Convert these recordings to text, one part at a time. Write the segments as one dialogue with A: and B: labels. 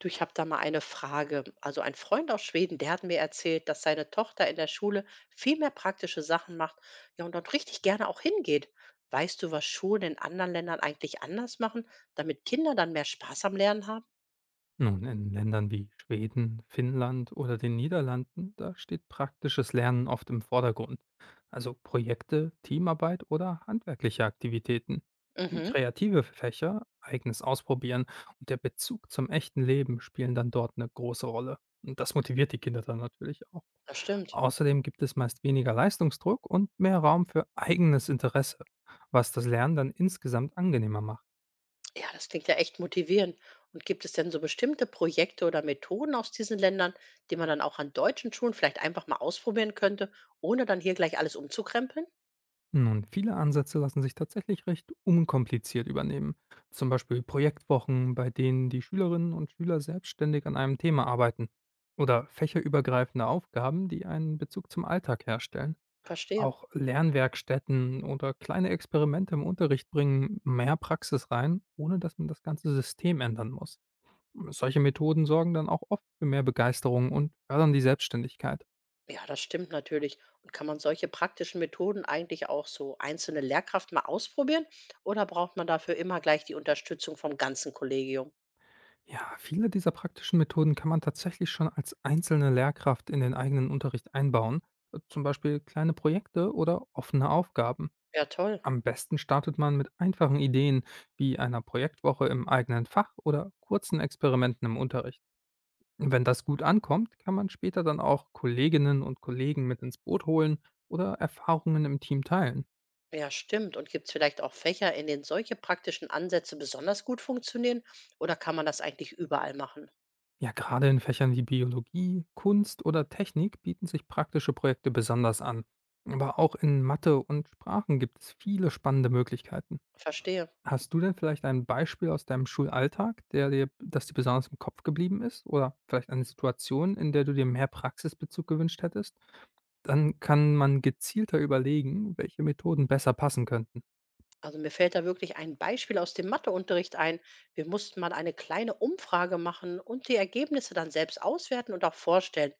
A: Du, ich habe da mal eine Frage. Also ein Freund aus Schweden, der hat mir erzählt, dass seine Tochter in der Schule viel mehr praktische Sachen macht, ja, und dort richtig gerne auch hingeht. Weißt du, was Schulen in anderen Ländern eigentlich anders machen, damit Kinder dann mehr Spaß am Lernen haben?
B: Nun, in Ländern wie Schweden, Finnland oder den Niederlanden, da steht praktisches Lernen oft im Vordergrund. Also Projekte, Teamarbeit oder handwerkliche Aktivitäten.
A: Mhm,
B: Kreative Fächer, eigenes Ausprobieren und der Bezug zum echten Leben spielen dann dort eine große Rolle. Und das motiviert die Kinder dann natürlich auch.
A: das stimmt.
B: Außerdem gibt es meist weniger Leistungsdruck und mehr Raum für eigenes Interesse, was das Lernen dann insgesamt angenehmer macht.
A: Ja, das klingt ja echt motivierend. Und gibt es denn so bestimmte Projekte oder Methoden aus diesen Ländern, die man dann auch an deutschen Schulen vielleicht einfach mal ausprobieren könnte, ohne dann hier gleich alles umzukrempeln?
B: Nun, viele Ansätze lassen sich tatsächlich recht unkompliziert übernehmen. Zum Beispiel Projektwochen, bei denen die Schülerinnen und Schüler selbstständig an einem Thema arbeiten. Oder fächerübergreifende Aufgaben, die einen Bezug zum Alltag herstellen.
A: Verstehe.
B: Auch Lernwerkstätten oder kleine Experimente im Unterricht bringen mehr Praxis rein, ohne dass man das ganze System ändern muss. Solche Methoden sorgen dann auch oft für mehr Begeisterung und fördern die Selbstständigkeit.
A: Ja, das stimmt natürlich. Und kann man solche praktischen Methoden eigentlich auch so einzelne Lehrkraft mal ausprobieren? Oder braucht man dafür immer gleich die Unterstützung vom ganzen Kollegium?
B: Ja, viele dieser praktischen Methoden kann man tatsächlich schon als einzelne Lehrkraft in den eigenen Unterricht einbauen, zum Beispiel kleine Projekte oder offene Aufgaben.
A: Ja, toll.
B: Am besten startet man mit einfachen Ideen wie einer Projektwoche im eigenen Fach oder kurzen Experimenten im Unterricht. Wenn das gut ankommt, kann man später dann auch Kolleginnen und Kollegen mit ins Boot holen oder Erfahrungen im Team teilen.
A: Ja, stimmt. Und gibt es vielleicht auch Fächer, in denen solche praktischen Ansätze besonders gut funktionieren? Oder kann man das eigentlich überall machen?
B: Ja, gerade in Fächern wie Biologie, Kunst oder Technik bieten sich praktische Projekte besonders an. Aber auch in Mathe und Sprachen gibt es viele spannende Möglichkeiten.
A: Verstehe.
B: Hast du denn vielleicht ein Beispiel aus deinem Schulalltag, das dir besonders im Kopf geblieben ist? Oder vielleicht eine Situation, in der du dir mehr Praxisbezug gewünscht hättest? Dann kann man gezielter überlegen, welche Methoden besser passen könnten.
A: Also mir fällt da wirklich ein Beispiel aus dem Matheunterricht ein. Wir mussten mal eine kleine Umfrage machen und die Ergebnisse dann selbst auswerten und auch vorstellen.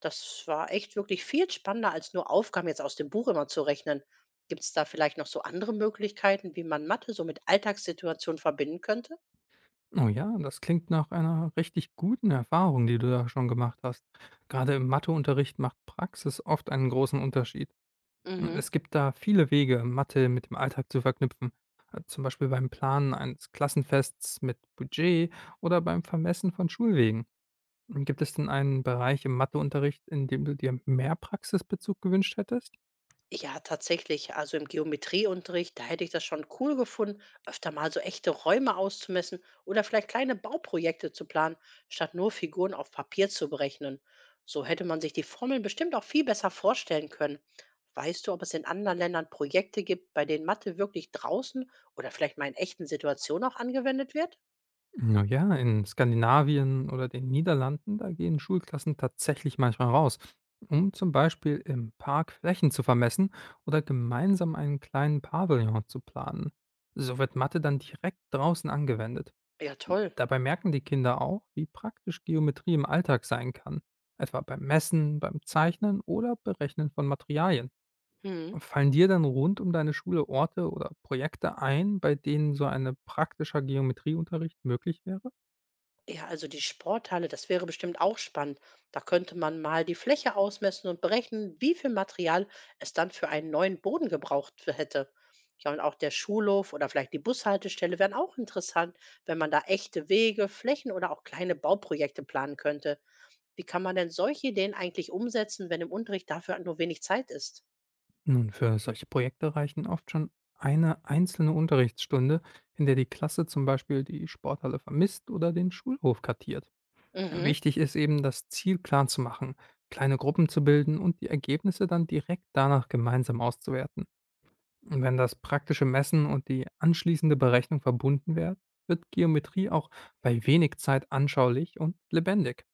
A: Das war echt wirklich viel spannender, als nur Aufgaben jetzt aus dem Buch immer zu rechnen. Gibt es da vielleicht noch so andere Möglichkeiten, wie man Mathe so mit Alltagssituationen verbinden könnte?
B: Oh ja, das klingt nach einer richtig guten Erfahrung, die du da schon gemacht hast. Gerade im Matheunterricht macht Praxis oft einen großen Unterschied.
A: Mhm.
B: Es gibt da viele Wege, Mathe mit dem Alltag zu verknüpfen. Zum Beispiel beim Planen eines Klassenfests mit Budget oder beim Vermessen von Schulwegen. Gibt es denn einen Bereich im Matheunterricht, in dem du dir mehr Praxisbezug gewünscht hättest?
A: Ja, tatsächlich. Also im Geometrieunterricht, da hätte ich das schon cool gefunden, öfter mal so echte Räume auszumessen oder vielleicht kleine Bauprojekte zu planen, statt nur Figuren auf Papier zu berechnen. So hätte man sich die Formeln bestimmt auch viel besser vorstellen können. Weißt du, ob es in anderen Ländern Projekte gibt, bei denen Mathe wirklich draußen oder vielleicht mal in echten Situationen auch angewendet wird?
B: Na ja, in Skandinavien oder den Niederlanden, da gehen Schulklassen tatsächlich manchmal raus, um zum Beispiel im Park Flächen zu vermessen oder gemeinsam einen kleinen Pavillon zu planen. So wird Mathe dann direkt draußen angewendet.
A: Ja, toll.
B: Dabei merken die Kinder auch, wie praktisch Geometrie im Alltag sein kann, etwa beim Messen, beim Zeichnen oder Berechnen von Materialien.
A: Hm.
B: Fallen dir dann rund um deine Schule Orte oder Projekte ein, bei denen so ein praktischer Geometrieunterricht möglich wäre?
A: Ja, also die Sporthalle, das wäre bestimmt auch spannend. Da könnte man mal die Fläche ausmessen und berechnen, wie viel Material es dann für einen neuen Boden gebraucht hätte. Ja, und auch der Schulhof oder vielleicht die Bushaltestelle wären auch interessant, wenn man da echte Wege, Flächen oder auch kleine Bauprojekte planen könnte. Wie kann man denn solche Ideen eigentlich umsetzen, wenn im Unterricht dafür nur wenig Zeit ist?
B: Nun, für solche Projekte reichen oft schon eine einzelne Unterrichtsstunde, in der die Klasse zum Beispiel die Sporthalle vermisst oder den Schulhof kartiert.
A: Mhm.
B: Wichtig ist eben, das Ziel klar zu machen, kleine Gruppen zu bilden und die Ergebnisse dann direkt danach gemeinsam auszuwerten. Und wenn das praktische Messen und die anschließende Berechnung verbunden werden, wird Geometrie auch bei wenig Zeit anschaulich und lebendig.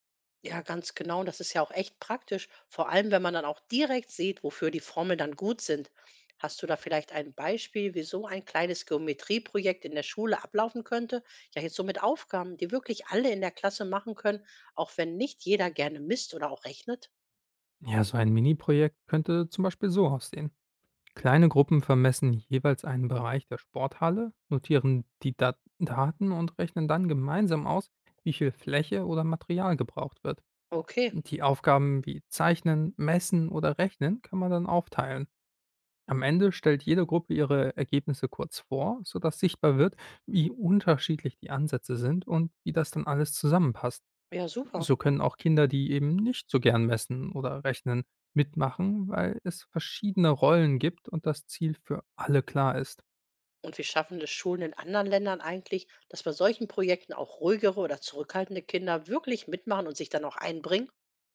A: Ja, ganz genau. Und das ist ja auch echt praktisch, vor allem wenn man dann auch direkt sieht, wofür die Formeln dann gut sind. Hast du da vielleicht ein Beispiel, wie so ein kleines Geometrieprojekt in der Schule ablaufen könnte? Ja, jetzt so mit Aufgaben, die wirklich alle in der Klasse machen können, auch wenn nicht jeder gerne misst oder auch rechnet?
B: Ja, so ein Mini-Projekt könnte zum Beispiel so aussehen. Kleine Gruppen vermessen jeweils einen Bereich der Sporthalle, notieren die Daten und rechnen dann gemeinsam aus, wie viel Fläche oder Material gebraucht wird.
A: Okay,
B: Die Aufgaben wie Zeichnen, Messen oder Rechnen kann man dann aufteilen. Am Ende stellt jede Gruppe ihre Ergebnisse kurz vor, sodass sichtbar wird, wie unterschiedlich die Ansätze sind und wie das dann alles zusammenpasst.
A: ja, super.
B: So können auch Kinder, die eben nicht so gern messen oder rechnen, mitmachen, weil es verschiedene Rollen gibt und das Ziel für alle klar ist.
A: Und wie schaffen es Schulen in anderen Ländern eigentlich, dass bei solchen Projekten auch ruhigere oder zurückhaltende Kinder wirklich mitmachen und sich dann auch einbringen?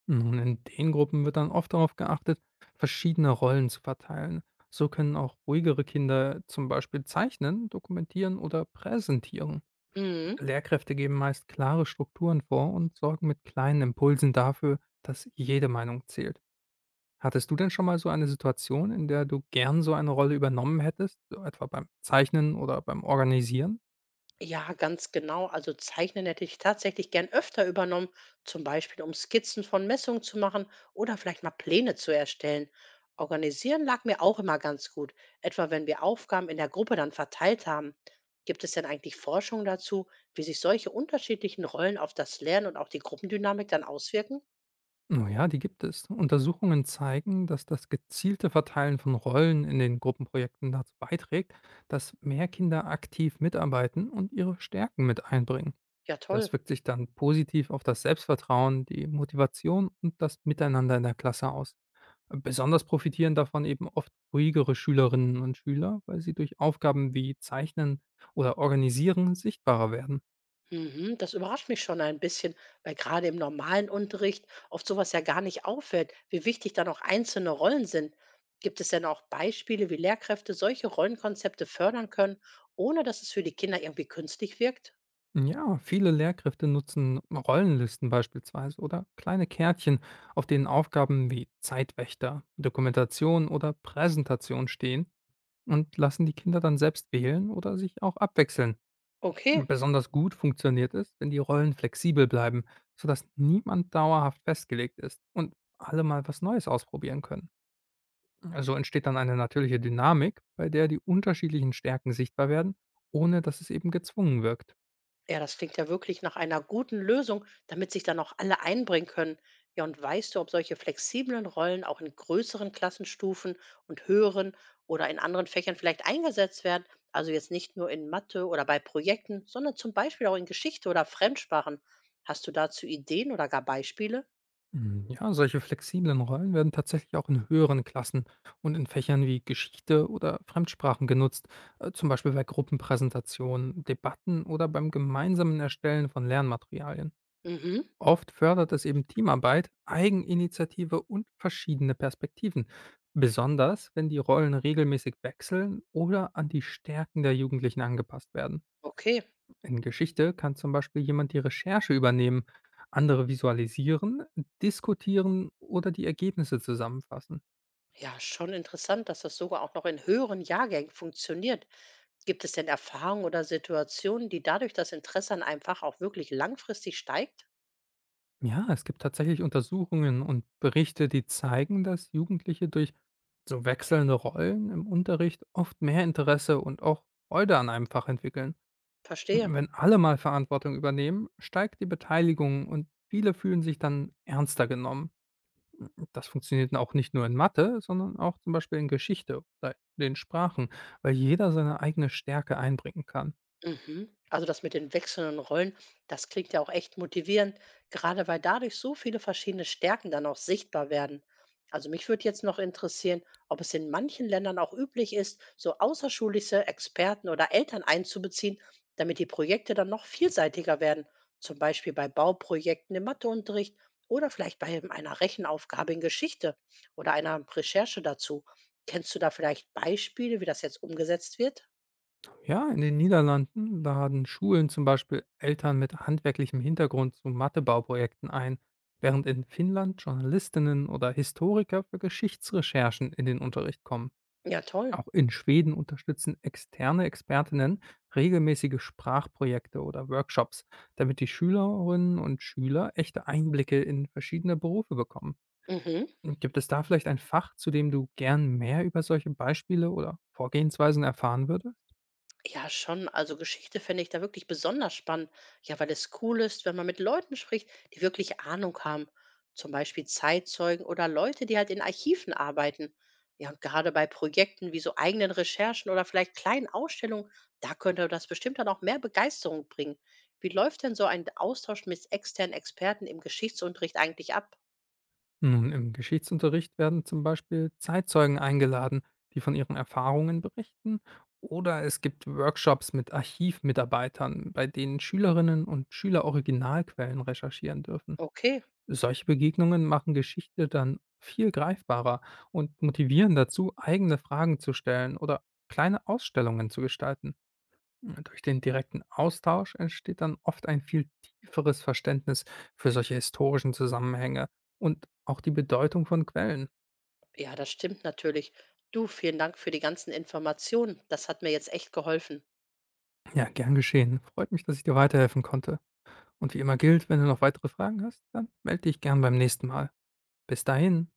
B: Nun, in den Gruppen wird dann oft darauf geachtet, verschiedene Rollen zu verteilen. So können auch ruhigere Kinder zum Beispiel zeichnen, dokumentieren oder präsentieren.
A: Mhm.
B: Lehrkräfte geben meist klare Strukturen vor und sorgen mit kleinen Impulsen dafür, dass jede Meinung zählt. Hattest du denn schon mal so eine Situation, in der du gern so eine Rolle übernommen hättest, so etwa beim Zeichnen oder beim Organisieren?
A: Ja, ganz genau. Also Zeichnen hätte ich tatsächlich gern öfter übernommen, zum Beispiel um Skizzen von Messungen zu machen oder vielleicht mal Pläne zu erstellen. Organisieren lag mir auch immer ganz gut, etwa wenn wir Aufgaben in der Gruppe dann verteilt haben. Gibt es denn eigentlich Forschung dazu, wie sich solche unterschiedlichen Rollen auf das Lernen und auch die Gruppendynamik dann auswirken?
B: Oh ja, die gibt es. Untersuchungen zeigen, dass das gezielte Verteilen von Rollen in den Gruppenprojekten dazu beiträgt, dass mehr Kinder aktiv mitarbeiten und ihre Stärken mit einbringen.
A: Ja, toll.
B: Das wirkt sich dann positiv auf das Selbstvertrauen, die Motivation und das Miteinander in der Klasse aus. Besonders profitieren davon eben oft ruhigere Schülerinnen und Schüler, weil sie durch Aufgaben wie Zeichnen oder Organisieren sichtbarer werden.
A: Mhm, das überrascht mich schon ein bisschen, weil gerade im normalen Unterricht oft sowas ja gar nicht auffällt, wie wichtig dann auch einzelne Rollen sind. Gibt es denn auch Beispiele, wie Lehrkräfte solche Rollenkonzepte fördern können, ohne dass es für die Kinder irgendwie künstlich wirkt?
B: Ja, viele Lehrkräfte nutzen Rollenlisten beispielsweise oder kleine Kärtchen, auf denen Aufgaben wie Zeitwächter, Dokumentation oder Präsentation stehen und lassen die Kinder dann selbst wählen oder sich auch abwechseln.
A: Okay.
B: Besonders gut funktioniert es, wenn die Rollen flexibel bleiben, sodass niemand dauerhaft festgelegt ist und alle mal was Neues ausprobieren können. So entsteht dann eine natürliche Dynamik, bei der die unterschiedlichen Stärken sichtbar werden, ohne dass es eben gezwungen wirkt.
A: Ja, das klingt ja wirklich nach einer guten Lösung, damit sich dann auch alle einbringen können. Ja, und weißt du, ob solche flexiblen Rollen auch in größeren Klassenstufen und höheren oder in anderen Fächern vielleicht eingesetzt werden? Also jetzt nicht nur in Mathe oder bei Projekten, sondern zum Beispiel auch in Geschichte oder Fremdsprachen. Hast du dazu Ideen oder gar Beispiele?
B: Ja, solche flexiblen Rollen werden tatsächlich auch in höheren Klassen und in Fächern wie Geschichte oder Fremdsprachen genutzt, zum Beispiel bei Gruppenpräsentationen, Debatten oder beim gemeinsamen Erstellen von Lernmaterialien.
A: Mhm,
B: Oft fördert es eben Teamarbeit, Eigeninitiative und verschiedene Perspektiven, besonders wenn die Rollen regelmäßig wechseln oder an die Stärken der Jugendlichen angepasst werden.
A: okay.
B: In Geschichte kann zum Beispiel jemand die Recherche übernehmen, andere visualisieren, diskutieren oder die Ergebnisse zusammenfassen.
A: Ja, schon interessant, dass das sogar auch noch in höheren Jahrgängen funktioniert. Gibt es denn Erfahrungen oder Situationen, die dadurch das Interesse an einem Fach auch wirklich langfristig steigt?
B: Ja, es gibt tatsächlich Untersuchungen und Berichte, die zeigen, dass Jugendliche durch so wechselnde Rollen im Unterricht oft mehr Interesse und auch Freude an einem Fach entwickeln. Und
A: Verstehe.
B: wenn alle mal Verantwortung übernehmen, steigt die Beteiligung und viele fühlen sich dann ernster genommen. Das funktioniert auch nicht nur in Mathe, sondern auch zum Beispiel in Geschichte oder den Sprachen, weil jeder seine eigene Stärke einbringen kann.
A: Mhm. Also das mit den wechselnden Rollen, das klingt ja auch echt motivierend, gerade weil dadurch so viele verschiedene Stärken dann auch sichtbar werden. Also mich würde jetzt noch interessieren, ob es in manchen Ländern auch üblich ist, so außerschulische Experten oder Eltern einzubeziehen, damit die Projekte dann noch vielseitiger werden. Zum Beispiel bei Bauprojekten im Matheunterricht oder vielleicht bei eben einer Rechenaufgabe in Geschichte oder einer Recherche dazu. Kennst du da vielleicht Beispiele, wie das jetzt umgesetzt wird?
B: Ja, in den Niederlanden laden Schulen zum Beispiel Eltern mit handwerklichem Hintergrund zu Mathebauprojekten ein, während in Finnland Journalistinnen oder Historiker für Geschichtsrecherchen in den Unterricht kommen.
A: Ja, toll.
B: Auch in Schweden unterstützen externe Expertinnen regelmäßige Sprachprojekte oder Workshops, damit die Schülerinnen und Schüler echte Einblicke in verschiedene Berufe bekommen.
A: Mhm.
B: Und gibt es da vielleicht ein Fach, zu dem du gern mehr über solche Beispiele oder Vorgehensweisen erfahren würdest?
A: Ja, schon. Also Geschichte finde ich da wirklich besonders spannend. Ja, weil es cool ist, wenn man mit Leuten spricht, die wirklich Ahnung haben. Zum Beispiel Zeitzeugen oder Leute, die halt in Archiven arbeiten. Ja, und gerade bei Projekten wie so eigenen Recherchen oder vielleicht kleinen Ausstellungen, da könnte das bestimmt dann auch mehr Begeisterung bringen. Wie läuft denn so ein Austausch mit externen Experten im Geschichtsunterricht eigentlich ab?
B: Nun, im Geschichtsunterricht werden zum Beispiel Zeitzeugen eingeladen, die von ihren Erfahrungen berichten. Oder es gibt Workshops mit Archivmitarbeitern, bei denen Schülerinnen und Schüler Originalquellen recherchieren dürfen.
A: Okay,
B: Solche Begegnungen machen Geschichte dann viel greifbarer und motivieren dazu, eigene Fragen zu stellen oder kleine Ausstellungen zu gestalten. Durch den direkten Austausch entsteht dann oft ein viel tieferes Verständnis für solche historischen Zusammenhänge und auch die Bedeutung von Quellen.
A: ja, das stimmt natürlich. Du, vielen Dank für die ganzen Informationen. Das hat mir jetzt echt geholfen.
B: Ja, gern geschehen. Freut mich, dass ich dir weiterhelfen konnte. Und wie immer gilt, wenn du noch weitere Fragen hast, dann melde dich gern beim nächsten Mal. Bis dahin.